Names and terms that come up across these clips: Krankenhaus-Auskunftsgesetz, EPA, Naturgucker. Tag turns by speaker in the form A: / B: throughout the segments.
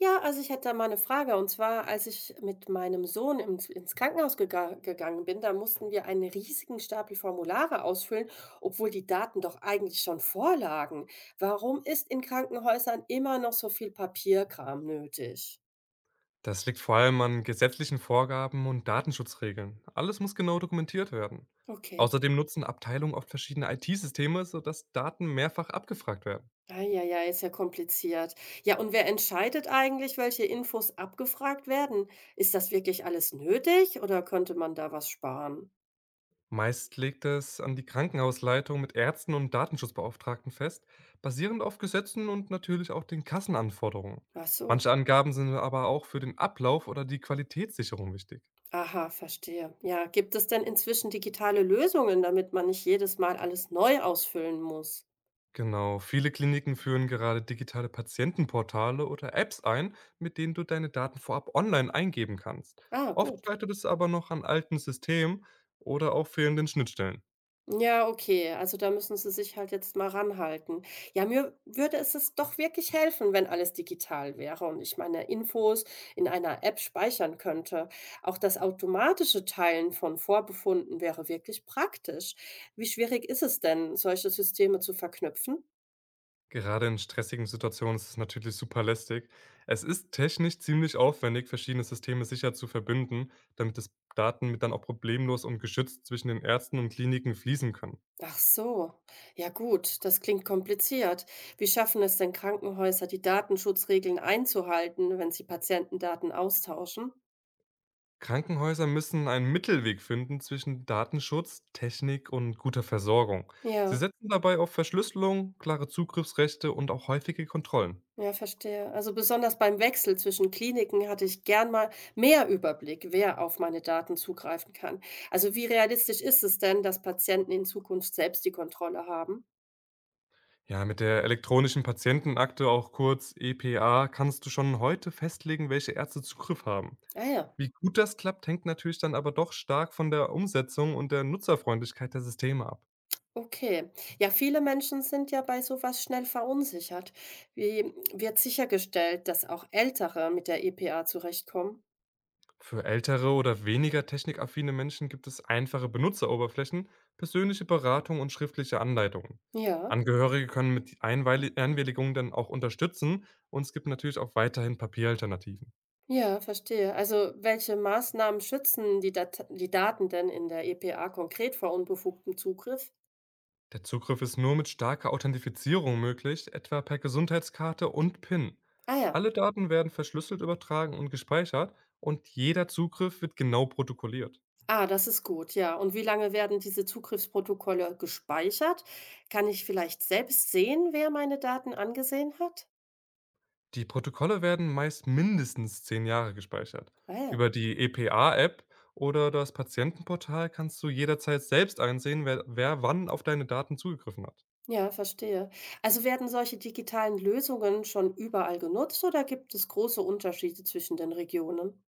A: Ja, also ich hätte da mal eine Frage, und zwar, als ich mit meinem Sohn ins Krankenhaus gegangen bin, da mussten wir einen riesigen Stapel Formulare ausfüllen, obwohl die Daten doch eigentlich schon vorlagen. Warum ist in Krankenhäusern immer noch so viel Papierkram nötig?
B: Das liegt vor allem an gesetzlichen Vorgaben und Datenschutzregeln. Alles muss genau dokumentiert werden.
A: Okay.
B: Außerdem nutzen Abteilungen oft verschiedene IT-Systeme, sodass Daten mehrfach abgefragt werden.
A: Ei, ja, ei, ist ja kompliziert. Ja, und wer entscheidet eigentlich, welche Infos abgefragt werden? Ist das wirklich alles nötig, oder könnte man da was sparen?
B: Meist legt es an die Krankenhausleitung mit Ärzten und Datenschutzbeauftragten fest, basierend auf Gesetzen und natürlich auch den Kassenanforderungen.
A: Ach so.
B: Manche Angaben sind aber auch für den Ablauf oder die Qualitätssicherung wichtig.
A: Aha, verstehe. Ja, gibt es denn inzwischen digitale Lösungen, damit man nicht jedes Mal alles neu ausfüllen muss?
B: Genau, viele Kliniken führen gerade digitale Patientenportale oder Apps ein, mit denen du deine Daten vorab online eingeben kannst.
A: Ah,
B: Oft
A: gut.
B: scheitert es aber noch an alten Systemen oder auch fehlenden Schnittstellen.
A: Ja, okay. Also da müssen Sie sich halt jetzt mal ranhalten. Ja, mir würde es doch wirklich helfen, wenn alles digital wäre und ich meine Infos in einer App speichern könnte. Auch das automatische Teilen von Vorbefunden wäre wirklich praktisch. Wie schwierig ist es denn, solche Systeme zu verknüpfen?
B: Gerade in stressigen Situationen ist es natürlich super lästig. Es ist technisch ziemlich aufwendig, verschiedene Systeme sicher zu verbinden, damit das Daten mit dann auch problemlos und geschützt zwischen den Ärzten und Kliniken fließen können.
A: Ach so. Ja gut, das klingt kompliziert. Wie schaffen es denn Krankenhäuser, die Datenschutzregeln einzuhalten, wenn sie Patientendaten austauschen?
B: Krankenhäuser müssen einen Mittelweg finden zwischen Datenschutz, Technik und guter Versorgung. Sie
A: Ja,
B: setzen dabei auf Verschlüsselung, klare Zugriffsrechte und auch häufige Kontrollen.
A: ja, verstehe. Also besonders beim Wechsel zwischen Kliniken hatte ich gern mal mehr Überblick, wer auf meine Daten zugreifen kann. Also wie realistisch ist es denn, dass Patienten in Zukunft selbst die Kontrolle haben?
B: Ja, mit der elektronischen Patientenakte, auch kurz EPA, kannst du schon heute festlegen, welche Ärzte Zugriff haben.
A: Ah ja.
B: Wie gut das klappt, hängt natürlich dann aber doch stark von der Umsetzung und der Nutzerfreundlichkeit der Systeme ab.
A: Okay. Ja, viele Menschen sind ja bei sowas schnell verunsichert. Wie wird sichergestellt, dass auch Ältere mit der EPA zurechtkommen?
B: Für ältere oder weniger technikaffine Menschen gibt es einfache Benutzeroberflächen, persönliche Beratung und schriftliche Anleitungen.
A: Ja,
B: Angehörige können mit Einwilligung dann auch unterstützen, und es gibt natürlich auch weiterhin Papieralternativen.
A: ja, verstehe. Also, welche Maßnahmen schützen die Daten denn in der EPA konkret vor unbefugtem Zugriff?
B: Der Zugriff ist nur mit starker Authentifizierung möglich, etwa per Gesundheitskarte und PIN.
A: Ah ja.
B: Alle Daten werden verschlüsselt übertragen und gespeichert, und jeder Zugriff wird genau protokolliert.
A: Ah, das ist gut, ja. Und wie lange werden diese Zugriffsprotokolle gespeichert? Kann ich vielleicht selbst sehen, wer meine Daten angesehen hat?
B: Die Protokolle werden meist mindestens 10 Jahre gespeichert.
A: Ah ja.
B: Über die EPA-App oder das Patientenportal kannst du jederzeit selbst einsehen, wer wann auf deine Daten zugegriffen hat.
A: Ja, verstehe. Also werden solche digitalen Lösungen schon überall genutzt, oder gibt es große Unterschiede zwischen den Regionen?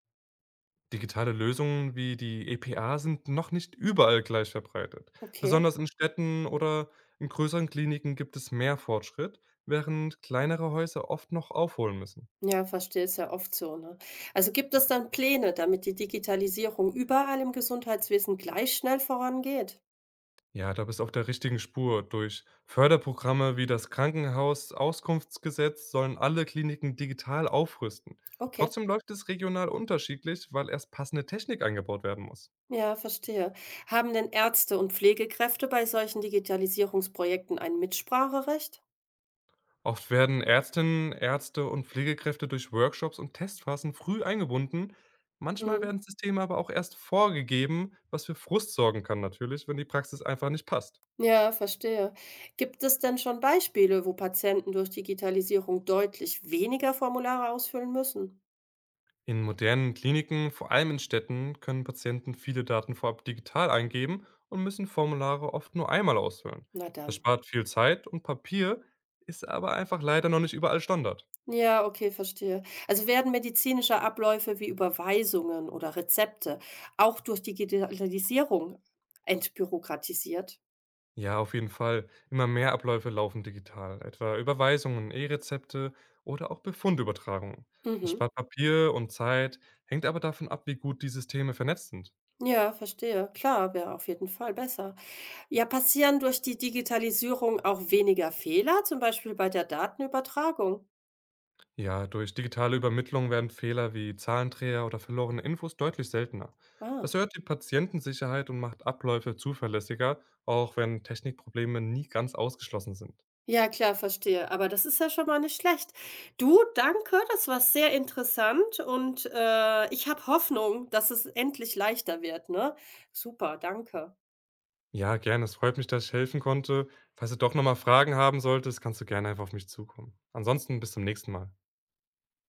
B: Digitale Lösungen wie die EPA sind noch nicht überall gleich verbreitet.
A: Okay,
B: Besonders in Städten oder in größeren Kliniken gibt es mehr Fortschritt, während kleinere Häuser oft noch aufholen müssen.
A: ja, verstehe, ist ja oft so, ne? Also gibt es dann Pläne, damit die Digitalisierung überall im Gesundheitswesen gleich schnell vorangeht?
B: Ja, da bist du auf der richtigen Spur. Durch Förderprogramme wie das Krankenhaus-Auskunftsgesetz sollen alle Kliniken digital aufrüsten.
A: Okay,
B: Trotzdem läuft es regional unterschiedlich, weil erst passende Technik eingebaut werden muss.
A: ja, verstehe. Haben denn Ärzte und Pflegekräfte bei solchen Digitalisierungsprojekten ein Mitspracherecht?
B: Oft werden Ärztinnen, Ärzte und Pflegekräfte durch Workshops und Testphasen früh eingebunden. Manchmal
A: Mhm.
B: werden Systeme aber auch erst vorgegeben, was für Frust sorgen kann natürlich, wenn die Praxis einfach nicht passt.
A: Ja, verstehe. Gibt es denn schon Beispiele, wo Patienten durch Digitalisierung deutlich weniger Formulare ausfüllen müssen?
B: In modernen Kliniken, vor allem in Städten, können Patienten viele Daten vorab digital eingeben und müssen Formulare oft nur einmal ausfüllen.
A: Na
B: Das
A: dann.
B: spart viel Zeit und Papier, ist aber einfach leider noch nicht überall Standard.
A: Ja, okay, verstehe. Also werden medizinische Abläufe wie Überweisungen oder Rezepte auch durch Digitalisierung entbürokratisiert?
B: Ja, auf jeden Fall. Immer mehr Abläufe laufen digital, etwa Überweisungen, E-Rezepte oder auch Befundübertragungen. Das
A: Mhm.
B: spart Papier und Zeit, hängt aber davon ab, wie gut die Systeme vernetzt sind.
A: Ja, verstehe. Klar, wäre auf jeden Fall besser. Ja, passieren durch die Digitalisierung auch weniger Fehler, zum Beispiel bei der Datenübertragung?
B: Ja, durch digitale Übermittlung werden Fehler wie Zahlendreher oder verlorene Infos deutlich seltener. Das
A: Ah.
B: erhöht die Patientensicherheit und macht Abläufe zuverlässiger, auch wenn Technikprobleme nie ganz ausgeschlossen sind.
A: Ja, klar, verstehe. Aber das ist ja schon mal nicht schlecht. Du, danke, das war sehr interessant, und, ich habe Hoffnung, dass es endlich leichter wird, ne? Super, danke.
B: Ja, gerne. Es freut mich, dass ich helfen konnte. Falls du doch nochmal Fragen haben solltest, kannst du gerne einfach auf mich zukommen. Ansonsten bis zum nächsten Mal.